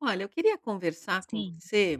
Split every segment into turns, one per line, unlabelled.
Olha, eu queria conversar com
Sim.
você,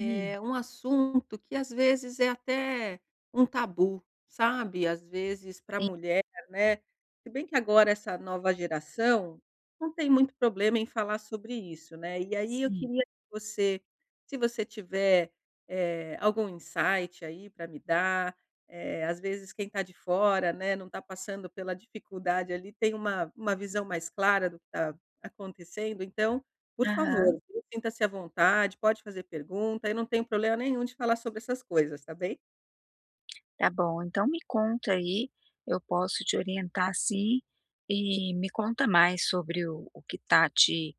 Hum.
um assunto que às vezes é até um tabu, sabe, às vezes para a
Sim,
mulher, né, se bem que agora essa nova geração não tem muito problema em falar sobre isso, né, e aí eu
sim.
queria que você, se você tiver, algum insight aí para me dar, às vezes quem está de fora, né, não está passando pela dificuldade ali, tem uma visão mais clara do que está acontecendo, então por
Aham.
favor, viu, sinta-se à vontade, pode fazer pergunta, eu não tenho problema nenhum de falar sobre essas coisas, tá bem?
Tá bom, então me conta aí, eu posso te orientar sim, e me conta mais sobre o que tá te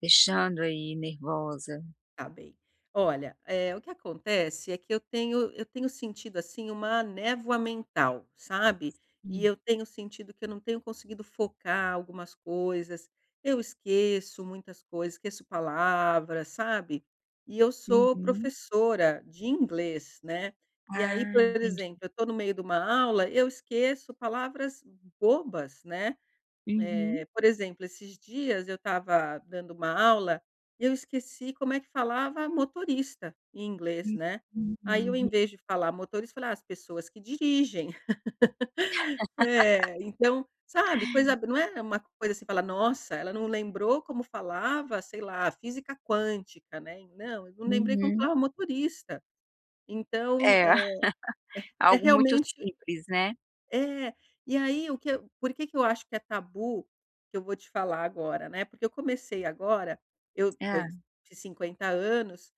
deixando aí nervosa.
Tá bem. Olha, o que acontece é que eu tenho sentido, assim, uma névoa mental, sabe? E
Sim.
eu tenho sentido que eu não tenho conseguido focar algumas coisas, eu esqueço muitas coisas, esqueço palavras, sabe? E eu sou
Uhum.
professora de inglês, né? E aí,
Ah,
por
entendi.
exemplo, eu tô no meio de uma aula, eu esqueço palavras bobas, né?
Uhum.
Por exemplo, esses dias eu estava dando uma aula e eu esqueci como é que falava motorista em inglês,
Uhum.
né. Aí eu, em
Uhum.
vez de falar motorista, falei: "Ah, as pessoas que dirigem". É, então, sabe, coisa não é uma coisa assim, falar: "Nossa, ela não lembrou como falava, sei lá, física quântica", né. Não, eu não lembrei como
Uhum.
falava motorista. Então,
É,
é
algo muito
realmente.
simples, né.
É, e aí o que eu por que que eu acho que é tabu, que eu vou te falar agora, né, porque eu comecei agora, eu tô em
Hã.
de 50 anos,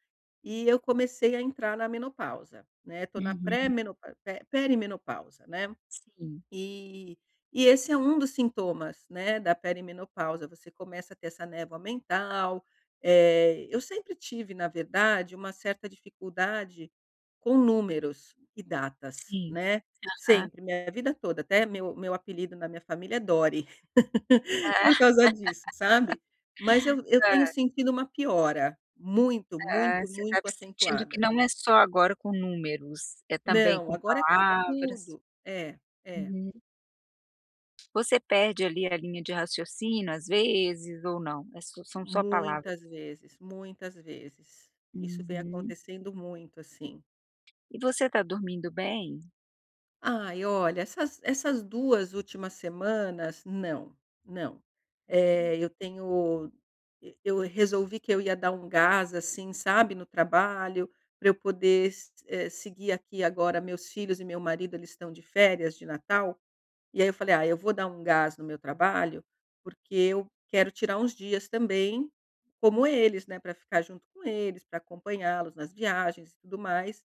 e eu comecei a entrar na menopausa, né, tô na
Uhum.
pré-menopa pe perimenopausa, né.
Sim,
E esse é um dos sintomas, né, da perimenopausa, você começa a ter essa névoa mental. Eu sempre tive, na verdade, uma certa dificuldade com números e datas,
sim.
né,
Hã.
sempre, minha vida toda, até meu apelido na minha família é Dori por causa disso, sabe. Mas eu tenho sentido uma piora muito,
Ah,
muito,
você está
muito
sentindo que
acentuada.
não é só agora com números, é também
Não,
com
agora é com
palavras.
tudo. É, é.
Uhum. Você perde ali a linha de raciocínio às vezes ou não? É só são só palavras?
Muitas vezes, muitas vezes. Isso vem
Uhum.
acontecendo muito, assim.
E você está dormindo bem?
Ai, olha, essas 2 últimas semanas, não, não. Eh,
Hum,
eu tenho E eu resolvi que eu ia dar um gás, assim, sabe, no trabalho, para eu poder seguir aqui agora meus filhos e meu marido, eles estão de férias de Natal. E aí eu falei: "Ah, eu vou dar um gás no meu trabalho, porque eu quero tirar uns dias também, como eles, né, para ficar junto com eles, para acompanhá-los nas viagens e tudo mais".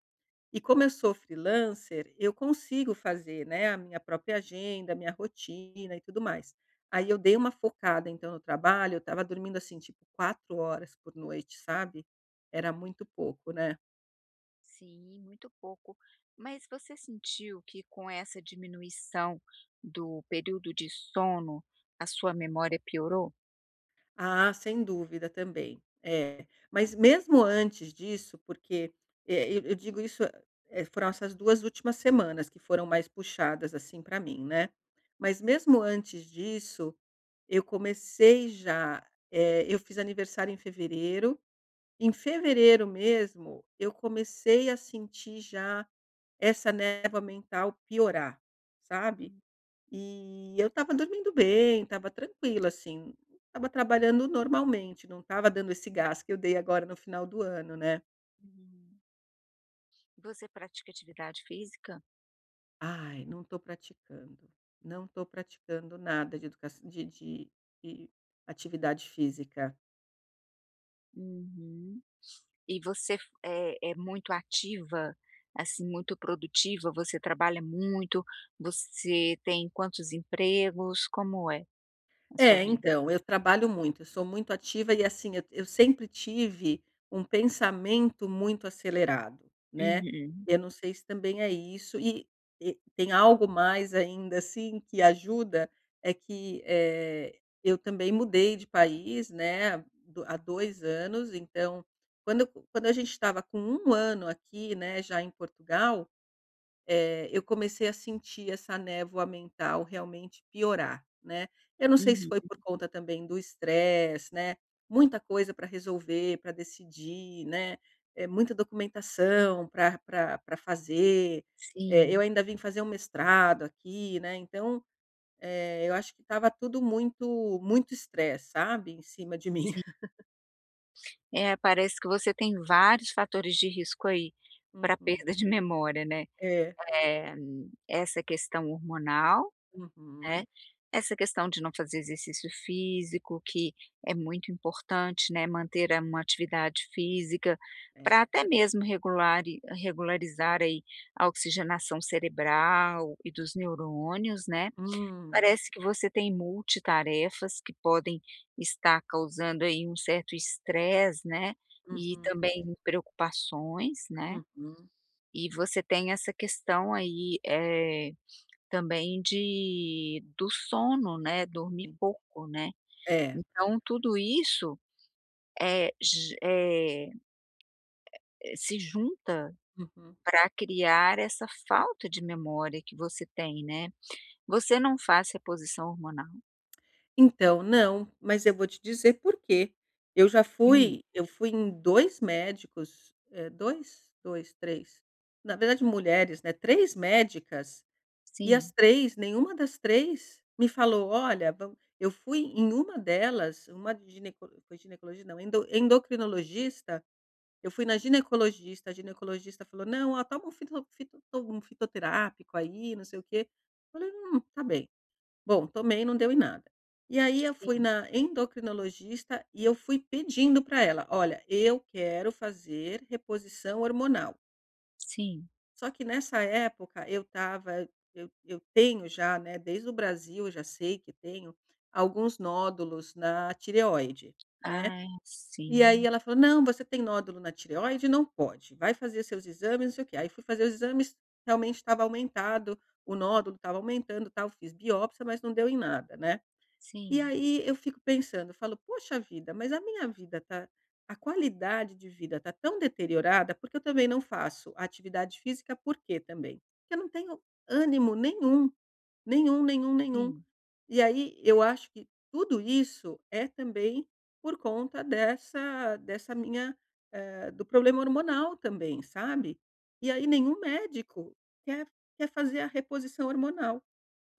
E como eu sou freelancer, eu consigo fazer, né, a minha própria agenda, a minha rotina e tudo mais. Aí eu dei uma focada então no trabalho, eu estava dormindo, assim, tipo 4 horas por noite, sabe. Era muito pouco, né.
sim, muito pouco. Mas você sentiu que com essa diminuição do período de sono, a sua memória piorou?
Ah, sem dúvida também. É. Mas mesmo antes disso, porque, eu digo isso, foram essas 2 últimas semanas que foram mais puxadas, assim, para mim, né. Mas mesmo antes disso, eu comecei já eu fiz aniversário em fevereiro. Em fevereiro mesmo, eu comecei a sentir já essa névoa mental piorar, sabe. E eu estava dormindo bem, estava tranquila, assim, estava trabalhando normalmente, não estava dando esse gás que eu dei agora no final do ano, né.
Uhum. Você pratica atividade física?
Ai, não estou praticando, não estou praticando nada de educa de atividade física.
Uhum. E você é muito ativa, assim, muito produtiva? Você trabalha muito? Você tem quantos empregos? Como é a sua
É,
vida?
então, eu trabalho muito, eu sou muito ativa e assim, eu sempre tive um pensamento muito acelerado, né.
Uhum,
Eu não sei se também é isso e tem algo mais ainda, assim, que ajuda, é que, eu também mudei de país, né, do há 2 anos, então, quando eu quando a gente estava com um ano aqui, né, já em Portugal. Eu comecei a sentir essa névoa mental realmente piorar, né. Eu não sei se
uhum.
foi por conta também do estresse, né, muita coisa para resolver, para decidir, né, muita documentação para pra pra fazer, eu
Sim,
ainda vim fazer um mestrado aqui, né, então, eu acho que estava tudo muito muito estresse, sabe, em cima de mim.
sim. É, parece que você tem vários fatores de risco aí para
Uhum.
perda de memória, né.
É.
Eh, essa questão hormonal,
Uhum.
né, essa questão de não fazer exercício físico, que é muito importante, né, manter a uma atividade física, para
É.
até mesmo regularizar aí a oxigenação cerebral e dos neurônios, né.
Hum.
Parece que você tem multitarefas que podem estar causando aí um certo estresse, né, e
Uhum,
também preocupações, né,
uhum.
e você tem essa questão aí, também de do sono, né, dormir
Sim.
pouco, né.
É.
Então tudo isso, eh, j eh, se junta
Uhum.
pra criar essa falta de memória que você tem, né. Você não faz reposição hormonal?
Então, não, mas eu vou te dizer por quê.
Hum.
Eu fui em 2 médicos, 2, 3, na verdade mulheres, né. 3 médicas, e as
Sim,
3, nenhuma das 3 me falou: "Olha, vam". Eu fui em uma delas, uma de gineco foi ginecologista não, endocrinologista, eu fui na ginecologista, a ginecologista falou: "Não, ó, toma um fito fito um fitoterápico aí, não sei o quê". Eu falei: tá bem". Bom, tomei, não deu em nada. E aí eu fui
sim,
na endocrinologista e eu fui pedindo para ela: "Olha, eu quero fazer reposição hormonal".
sim.
Só que nessa época eu tava eu tenho já, né, desde o Brasil eu já sei que tenho alguns nódulos na tireoide, né.
Ah, é,
E
sim,
aí ela falou: "Não, você tem nódulo na tireoide? Não pode. Vai fazer seus exames, não sei o quê". Aí fui fazer os exames, realmente estava aumentado, o nódulo estava aumentando, tal, fiz biópsia, mas não deu em nada, né. E
sim,
aí eu fico pensando, eu falo: "Poxa vida, mas a qualidade de vida tá tão deteriorada", porque eu também não faço atividade física, por quê também? Porque eu não tenho ânimo nenhum, nenhum, nenhum, nenhum.
sim.
E aí eu acho que tudo isso é também por conta dessa minha, do problema hormonal também, sabe. E aí nenhum médico quer quer fazer a reposição hormonal.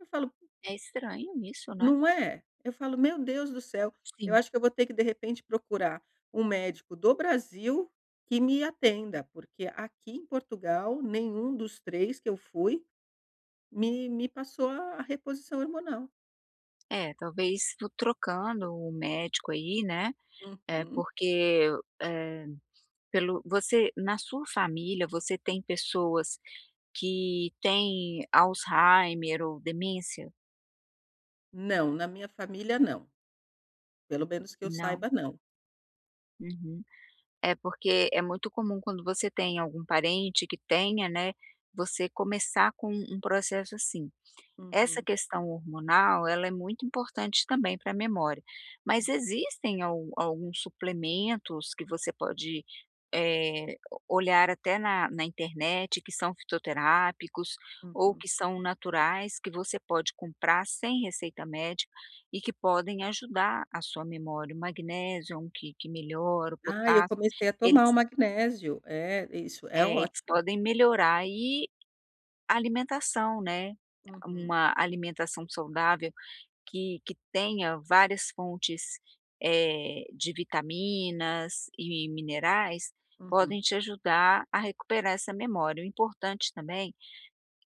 Eu falo,
É estranho isso, né.
não é? Eu falo: "Meu Deus do céu, eu
Sim.
acho que eu vou ter que de repente procurar um médico do Brasil que me atenda", porque aqui em Portugal nenhum dos 3 que eu fui me passou a reposição hormonal.
É, talvez trocando o médico aí, né, eh,
Uhum.
porque, eh pelo você na sua família, você tem pessoas que têm Alzheimer ou demência?
Não, na minha família não, pelo menos que eu
Não.
saiba não.
Uhum. É porque é muito comum quando você tem algum parente que tenha, né, você começar com um processo assim. Essa
Uhum,
questão hormonal, ela é muito importante também para a memória, mas existem al alguns suplementos que você pode eh, olhar até na internet, que são fitoterápicos
uhum,
ou
uhum.
que são naturais, que você pode comprar sem receita médica e que podem ajudar a sua memória. O magnésio é um que melhora, o
Ah, eu
potássio,
comecei a
eles
tomar o magnésio. É, isso é
é,
ótimo.
eles podem melhorar, e a alimentação, né,
Uhum,
uma alimentação saudável que tenha várias fontes, de vitaminas e minerais,
uhum.
podem te ajudar a recuperar essa memória. O importante também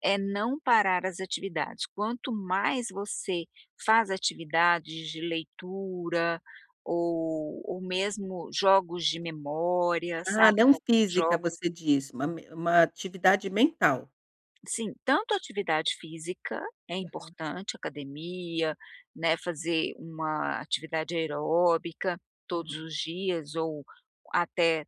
é não parar as atividades. Quanto mais você faz atividades de leitura ou mesmo jogos de memória,
Ah,
sabe,
não,
tem alguns
física
jogos.
você diz, uma atividade mental.
Sim, tanto a atividade física é importante, academia, né, fazer uma atividade aeróbica todos
Uhum,
os dias ou até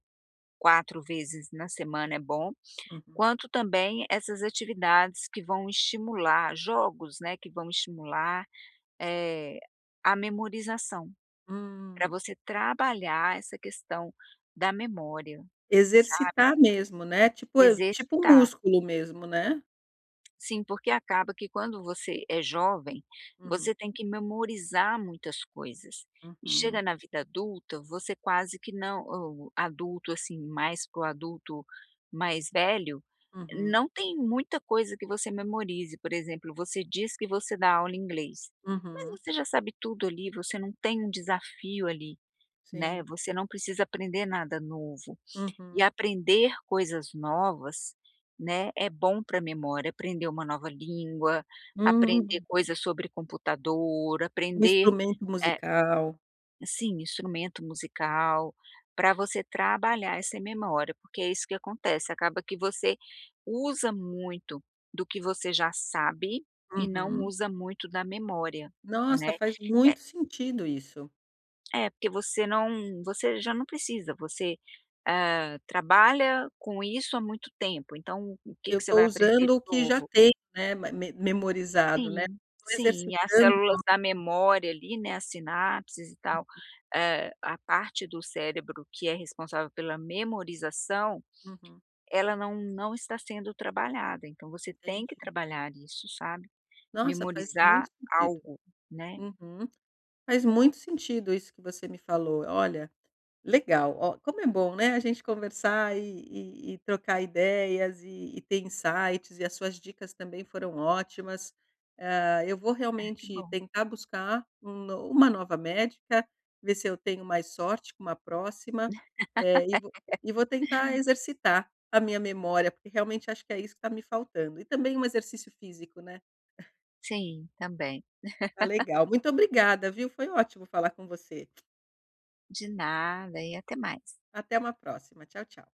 4 vezes na semana é bom,
uhum.
quanto também essas atividades que vão estimular jogos, né, que vão estimular eh, a memorização, para
Hum,
você trabalhar essa questão da memória, sabe,
exercitar mesmo, né, tipo tipo um
exercitar.
músculo mesmo, né?
Sim, porque acaba que quando você é jovem,
Uhum,
você tem que memorizar muitas coisas. E
uhum,
chega na vida adulta, você quase que não, o adulto, assim, mais para o adulto mais velho,
uhum,
não tem muita coisa que você memorize. Por exemplo, você diz que você dá aula em inglês, mas
uhum,
você já sabe tudo ali, você não tem um desafio ali, né,
sim,
você não precisa aprender nada novo. E
uhum.
aprender coisas novas, né, é bom para a memória, aprender uma nova língua, aprender
Hum,
coisas sobre computador,
um
aprender,
instrumento
eh,
musical.
sim, instrumento musical, para você trabalhar essa memória, porque é isso que acontece, acaba que você usa muito do que você já sabe e não
Uhum.
usa muito da memória,
Nossa,
né.
faz muito sentido isso.
É, porque você não, você já não precisa, você, ah, trabalha com isso há muito tempo, então o que
Eu
que você
estou
vai aprender
usando
de
o que já
novo?
tenho, né, ma me memorizado, né,
Sim,
estou
sim, as
exercitando.
células da memória ali, né, as sinapses e tal, a parte do cérebro que é responsável pela memorização,
Uhum,
ela não está sendo trabalhada, então você tem
entendi.
que trabalhar isso, sabe,
Nossa, faz
memorizar
muito sentido.
algo, né.
Uhum. Faz muito sentido isso que você me falou, olha. Legal, ó, como é bom, né, a gente conversar e trocar ideias e ter insights e as suas dicas também foram ótimas. Ah, eu vou
Ah, que
realmente
bom.
tentar buscar um no uma nova médica, ver se eu tenho mais sorte com uma próxima, eh, e vou e vou tentar exercitar a minha memória, porque realmente acho que é isso que está me faltando. E também um exercício físico, né.
Sim, também.
Tá legal, muito obrigada, viu, foi ótimo falar com você.
De nada e até mais.
Até uma próxima, tchau, tchau.